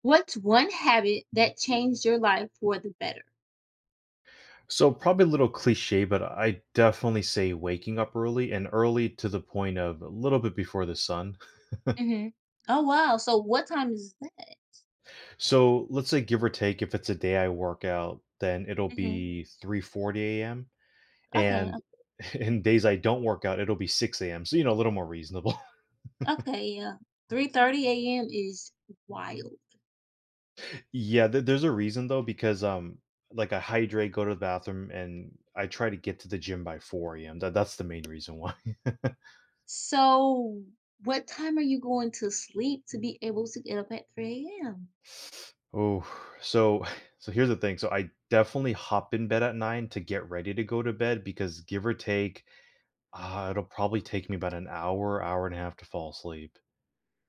What's one habit that changed your life for the better? So probably a little cliche, but I definitely say waking up early and early to the point of a little bit before the sun. Mhm. Oh, wow. So what time is that? So let's say give or take, if it's a day I work out, then it'll Mhm. be 3:40 a.m. Okay. And in days I don't work out, it'll be 6 a.m. So you know, a little more reasonable. Okay. Yeah. 3:30 a.m. is wild. Yeah, there's a reason though, because like I hydrate, go to the bathroom, and I try to get to the gym by 4 a.m. That's the main reason why. So what time are you going to sleep to be able to get up at 3 a.m.? Oh, so so here's the thing. So I definitely hop in bed at 9 to get ready to go to bed because give or take, it'll probably take me about an hour, hour and a half to fall asleep.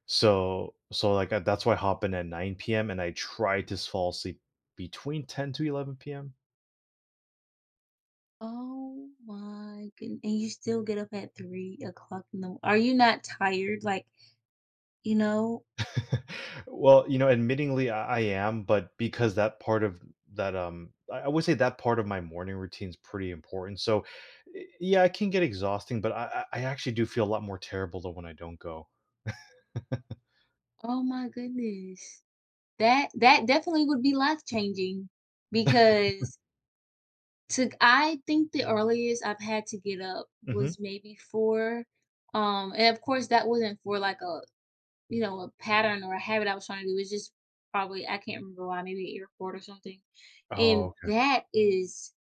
So like, that's why I hop in at 9 p.m. and I try to fall asleep between 10 to 11 p.m. Oh my goodness. And you still get up at 3 o'clock in the Are you not tired? You know, Well, you know, admittingly, I am, but because that part of that, I would say that part of my morning routine is pretty important. So, yeah, it can get exhausting, but I actually do feel a lot more terrible than when I don't go. oh my goodness. That definitely would be life changing because To I think the earliest I've had to get up Hmm. was maybe 4, and of course, that wasn't for, like, a pattern or a habit I was trying to do. It's just probably I can't remember why, maybe airport or something. And Oh. that is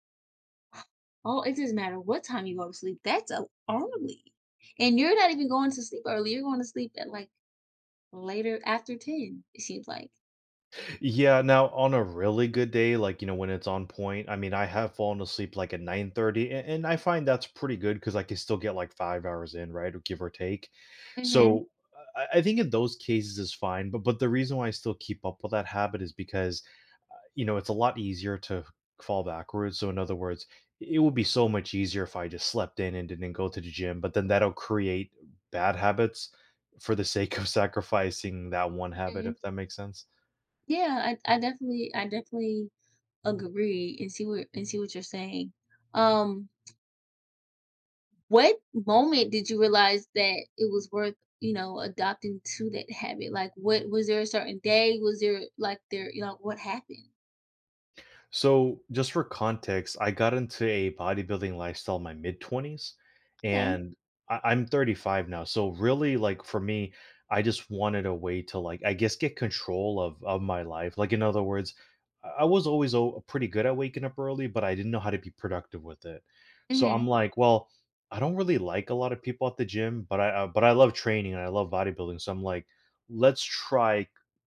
oh, it doesn't matter what time you go to sleep, that's a early, and you're not even going to sleep early, you're going to sleep at, like, later after 10, it seems like. Yeah, now on a really good day, like, you know, when it's on point, I mean, I have fallen asleep like at 9:30, and I find that's pretty good because I can still get like 5 hours in, right? Or give or take. Mhm, So I think in those cases is fine. But the reason why I still keep up with that habit is because you know it's a lot easier to fall backwards. So in other words, it would be so much easier if I just slept in and didn't go to the gym, but then that'll create bad habits for the sake of sacrificing that one mhm. habit, Mhm. if that makes sense. Yeah, I definitely agree and see what you're saying. Um, what moment did you realize that it was worth, adopting to that habit? Like what was there a certain day? Was there what happened? So, just for context, I got into a bodybuilding lifestyle in my mid 20s, Okay. and I'm 35 now. So, really, like for me, I just wanted a way to, like, I guess, get control of my life. Like, in other words, I was always pretty good at waking up early, but I didn't know how to be productive with it. So, I'm Mhm. like, well, I don't really like a lot of people at the gym, but I love training and I love bodybuilding. So, I'm like, let's try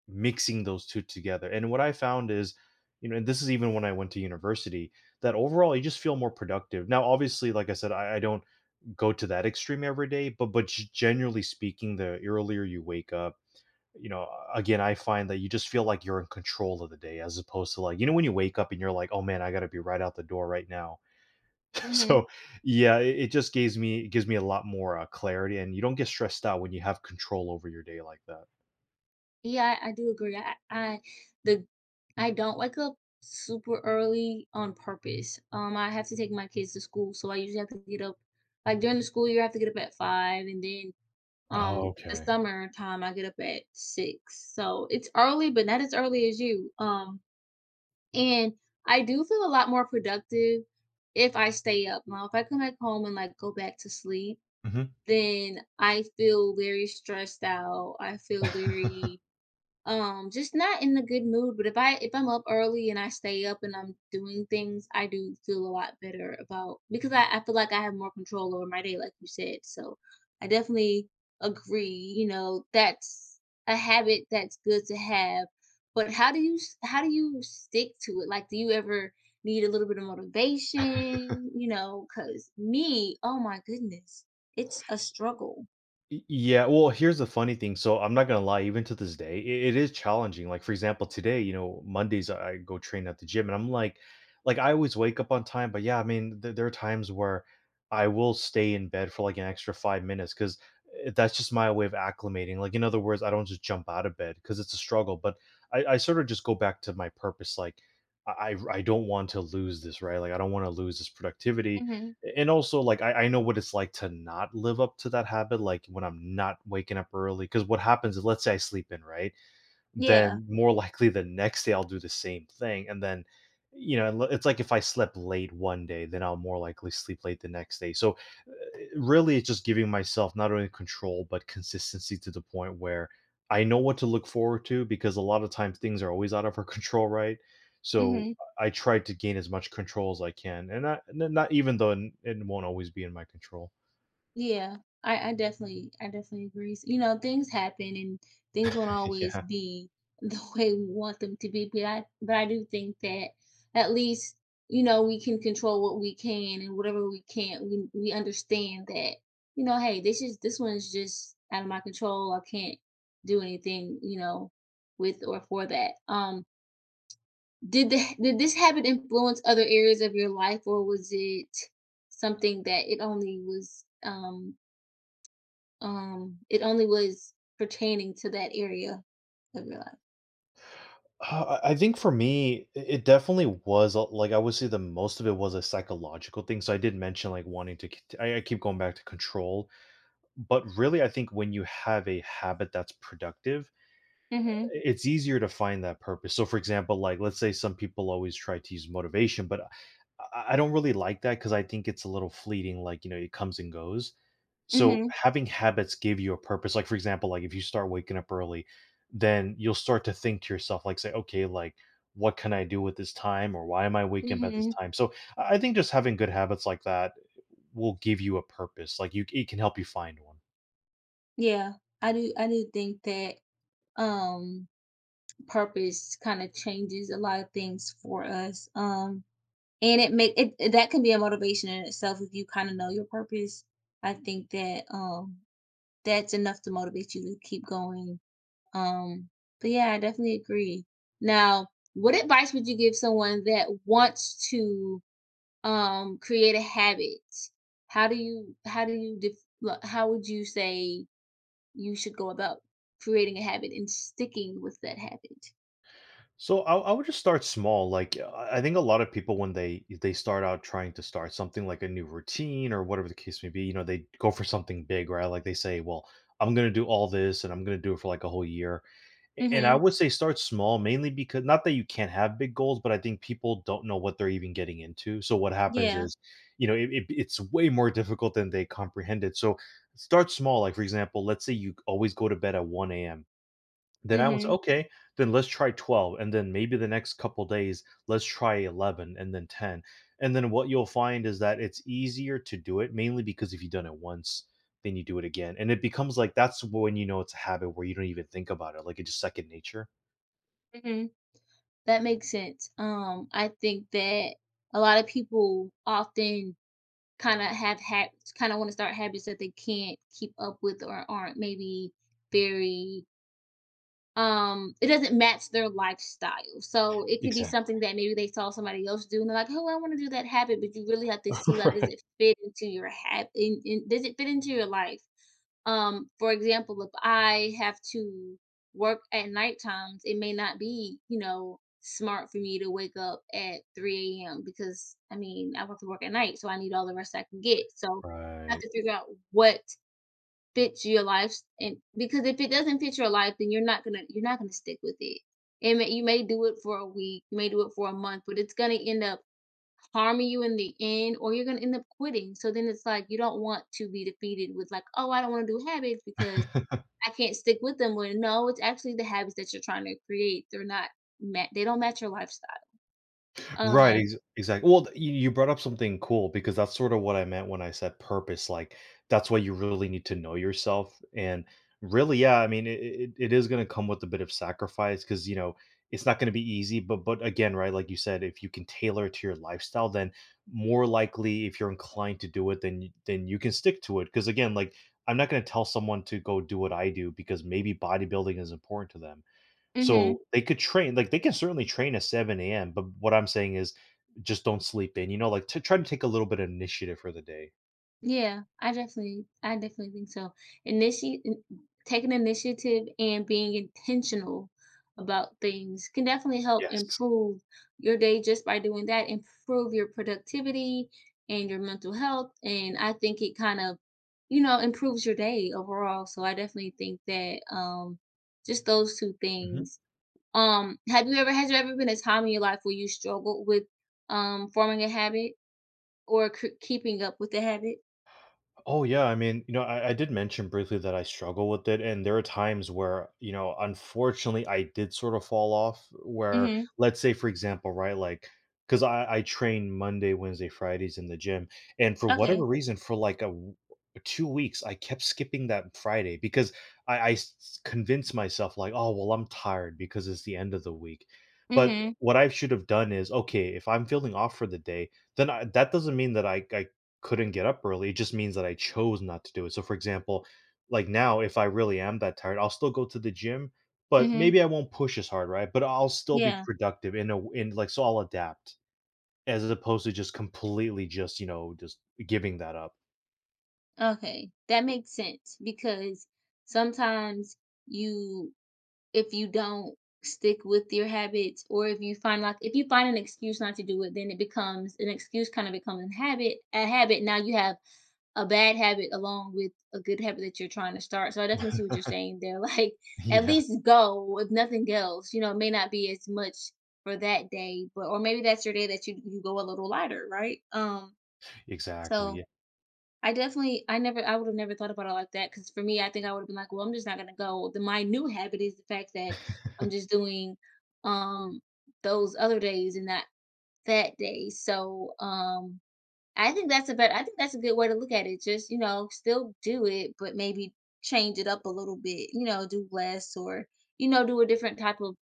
mixing those two together. And what I found is, you know, and this is even when I went to university, that overall you just feel more productive. Now, obviously, like I said, I don't go to that extreme every day, but generally speaking, the earlier you wake up, you know, again, I find that you just feel like you're in control of the day as opposed to like, you know, when you wake up and you're like, oh man, I gotta be right out the door right now. Mhm. So yeah, it just gives me a lot more clarity, and you don't get stressed out when you have control over your day like that. Yeah, I do agree. The I don't wake up super early on purpose. I have to take my kids to school, so I usually have to get up like during the school year I have to get up at 5 and then. Mhm. Oh, The okay. summertime, I get up at 6, so it's early, but not as early as you. And I do feel a lot more productive if I stay up. Now, if I come back home and, like, go back to sleep, Hmm. then I feel very stressed out, I feel very just not in a good mood, but if I'm up early and I stay up and I'm doing things, I do feel a lot better about, because I feel like I have more control over my day like you said. So I definitely agree. That's a habit that's good to have, but how do you stick to it? Like do you ever need a little bit of motivation? Because me, oh my goodness, it's a struggle. Yeah, well, here's the funny thing. So I'm not gonna lie, even to this day, it is challenging. Like for example, today, you know, Mondays I go train at the gym, and I'm like I always wake up on time, but yeah, I mean, there are times where I will stay in bed for like an extra 5 minutes because that's just my way of acclimating. Like in other words, I don't just jump out of bed because it's a struggle, but I sort of just go back to my purpose. Like I don't want to lose this, right? Like I don't want to lose this productivity, Hmm. and also like I know what it's like to not live up to that habit, like when I'm not waking up early, because what happens is, let's say I sleep in, right? Yeah. Then more likely the next day I'll do the same thing, and then you know it's like if I slept late one day, then I'll more likely sleep late the next day. So really it's just giving myself not only control but consistency to the point where I know what to look forward to, because a lot of times things are always out of our control, right? So Hmm. I try to gain as much control as I can, and not even though it won't always be in my control. Yeah, I definitely agree. Things happen, and things won't always Yeah. be the way we want them to be, but I do think that at least, we can control what we can, and whatever we can't, we understand that. Hey, this one's just out of my control. I can't do anything, with or for that. Did this habit influence other areas of your life, or was it something that it only was pertaining to that area of your life? I think for me, it definitely was like I would say the most of it was a psychological thing. So I did mention like wanting to. I keep going back to control, but really, I think when you have a habit that's productive, Mhm, it's easier to find that purpose. So, for example, like let's say some people always try to use motivation, but I don't really like that because I think it's a little fleeting. Like you know, it comes and goes. So, mhm, having habits give you a purpose. Like for example, like if you start waking up early, then you'll start to think to yourself, like say, okay, like what can I do with this time, or why am I waking up at this mhm. time? So, I think just having good habits like that will give you a purpose. Like you, it can help you find one. Yeah, I do think that, um, purpose kinda changes a lot of things for us. And it make it that can be a motivation in itself, if you kinda know your purpose. I think that, that's enough to motivate you to keep going, um, but yeah, I definitely agree. Now, what advice would you give someone that wants to create a habit? How do you def- lo- How would you say you should go about creating a habit and sticking with that habit? So I would just start small. Like I think a lot of people when they start out trying to start something like a new routine or whatever the case may be, you know, they go for something big, right? Like they say, well, I'm gonna do all this and I'm gonna do it for like a whole year. And I Mm-hmm. would say start small, mainly because not that you can't have big goals, but I think people don't know what they're even getting into. So what happens Yeah. is, you know, it's way more difficult than they comprehended. So start small. Like for example, let's say you always go to bed at 1 a.m, then I was Mm-hmm. okay, then let's try 12, and then maybe the next couple days let's try 11 and then 10. And then what you'll find is that it's easier to do it mainly because if you've done it once, then you do it again. And it becomes like that's when you know it's a habit where you don't even think about it, like it's just second nature. Mm-hmm. That makes sense. I think that a lot of people often kinda have had kinda wanna start habits that they can't keep up with, or aren't maybe very. It doesn't match their lifestyle, so it could be Exactly. something that maybe they saw somebody else do, and they're like, oh, I want to do that habit, but you really have to see, like, Right. Does it fit into your life. For example, if I have to work at night times, it may not be smart for me to wake up at 3 a.m because I mean I have to work at night, so I need all the rest I can get. So I have Right. to figure out what fits your life, and because if it doesn't fit your life, then you're not gonna stick with it. And you may do it for a week, you may do it for a month, but it's gonna end up harming you in the end, or you're gonna end up quitting. So then it's like, you don't want to be defeated with, like, oh, I don't want to do habits because I can't stick with them, when no, it's actually the habits that you're trying to create, they're not ma- they don't match your lifestyle. Right, um ex exactly. Well, you brought up something cool because that's sort of what I meant when I said purpose, like, that's why you really need to know yourself, and really, yeah, I mean, it is gonna come with a bit of sacrifice because you know, it's not gonna be easy, but again, right, like you said, if you can tailor it to your lifestyle, then more likely, if you're inclined to do it, then y then you can stick to it. Because again, like, I'm not gonna tell someone to go do what I do because maybe bodybuilding is important to them. mhm. So they could train, like they can certainly train at 7 a.m., but what I'm saying is just don't sleep in, you know, like to try to take a little bit of initiative for the day. Yeah, I definitely think so. Initi Taking initiative and being intentional about things can definitely help Yes. improve your day just by doing that, improve your productivity and your mental health. And I think it kind of, improves your day overall. So I definitely think that just those two Mhm. things. Have you ever has there ever been a time in your life where you struggled with forming a habit, or keeping up with the habit? Oh yeah, I mean, you know, I did mention briefly that I struggle with it, and there are times where, you know, unfortunately, I did sort of fall off. Where, Mhm. let's say, for example, right, like, because I train Monday, Wednesday, Fridays in the gym, and for Okay. whatever reason, for like 2 weeks, I kept skipping that Friday because I convinced myself like, oh well, I'm tired because it's the end of the week. But Mhm. what I should have done is, okay, if I'm feeling off for the day, then that doesn't mean that I couldn't get up early, it just means that I chose not to do it. So, for example, like now, if I really am that tired, I'll still go to the gym, but Mhm. maybe I won't push as hard, right? But I'll still be Yeah. productive in a in like so I'll adapt as opposed to just completely just you know just giving that up. Okay. That makes sense, because sometimes you if you don't stick with your habits, or if you find an excuse not to do it, then it becomes an excuse, kind of becomes a habit a habit. Now you have a bad habit along with a good habit that you're trying to start. So I definitely see what you're saying there. Like, at Yeah, least go if nothing else. It may not be as much for that day, but or maybe that's your day that you go a little lighter, right? So, exactly. I would've never thought about it like that, because for me, I think I would've been like, "Well, I'm just not gonna go." The my new habit is the fact that I'm just doing, um, those other days and not that day. So, I think that's a good way to look at it. Just, still do it, but maybe change it up a little bit, do less, or, do a different type of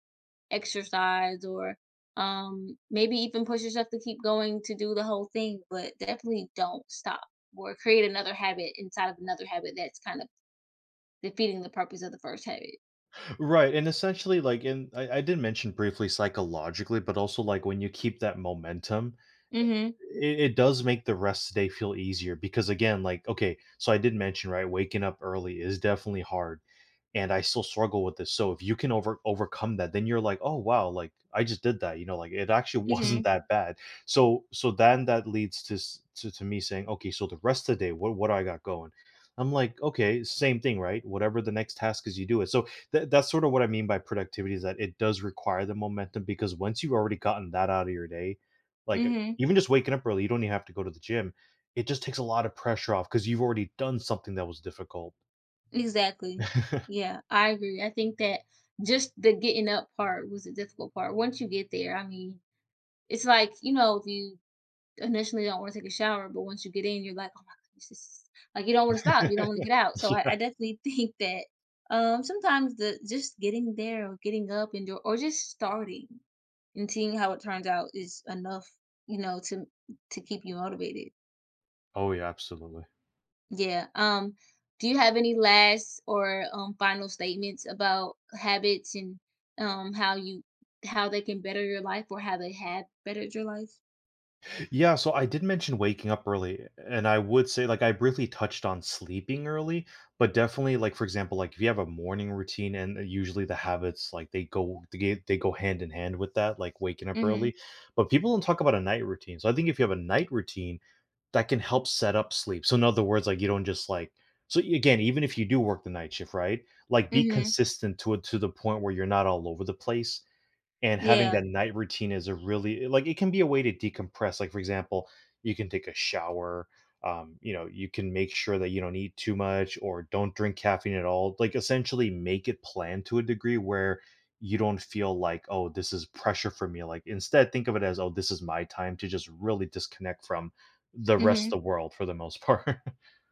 exercise, or maybe even push yourself to keep going, to do the whole thing, but definitely don't stop or create another habit inside of another habit, that's kind of defeating the purpose of the first habit. Right, and essentially, like, in I did mention briefly psychologically, but also, like, when you keep that momentum, Mhm. I it does make the rest of the day feel easier because, again, like, okay, so I did mention, right, waking up early is definitely hard, and I still struggle with this, so if you can overcome that, then you're like, "Oh, wow, like, I just did that," you know, like, "It actually wasn't Mhm. that bad." So then that leads to s to me saying, "Okay, so the rest of the day, what do I got going?" I'm like, "Okay, same thing, right? Whatever the next task is, you do it." So that's sort of what I mean by productivity, is that it does require the momentum because once you've already gotten that out of your day, like Mhm. even just waking up early, you don't even have to go to the gym. It just takes a lot of pressure off because you've already done something that was difficult. Exactly. Yeah. Yeah, I agree. I think that just the getting up part was the difficult part. Once you get there, I mean, it's like, if you initially don't wanna take a shower, but once you get in, you're like, "Oh my goodness, this is," like, you don't wanna stop, you don't wanna get out. So, I definitely think that, sometimes the just getting there, or getting up and do or just starting and seeing how it turns out is enough, you know, to to keep you motivated. Oh yeah, absolutely. Yeah, do you have any last or, final statements about habits, and, um, how you how they can better your life, or how they have bettered your life? Yeah, so I did mention waking up early, and I would say, like, I briefly touched on sleeping early, but definitely, like, for example, like if you have a morning routine, and usually the habits, like they go hand in hand with that, like waking up Mhm, early. But people don't talk about a night routine. So I think if you have a night routine, that can help set up sleep. So in other words, like you don't just like so again, even if you do work the night shift, right? Like be mhm, consistent to it to the point where you're not all over the place, and having yeah, that night routine is a really like, it can be a way to decompress. Like, for example, you can take a shower. You know, you can make sure that you don't eat too much or don't drink caffeine at all. Like, essentially, make it planned to a degree where you don't feel like, oh, this is pressure for me. Like, instead, think of it as, oh, this is my time to just really disconnect from the rest mhm. of the world for the most part.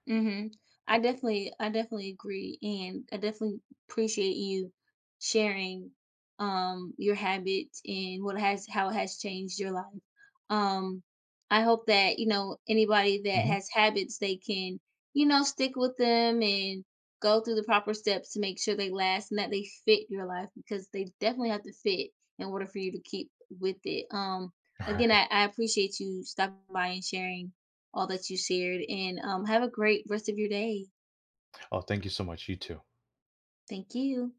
Mhm. I definitely agree, and I definitely appreciate you sharing your habits, and what has how it has changed your life. Um I hope that, anybody that Mhm. has habits, they can, stick with them and go through the proper steps to make sure they last and that they fit your life, because they definitely have to fit in order for you to keep with it. All Again, right. I appreciate you stopping by and sharing all that you shared, and have a great rest of your day. Oh, thank you so much. You too. Thank you.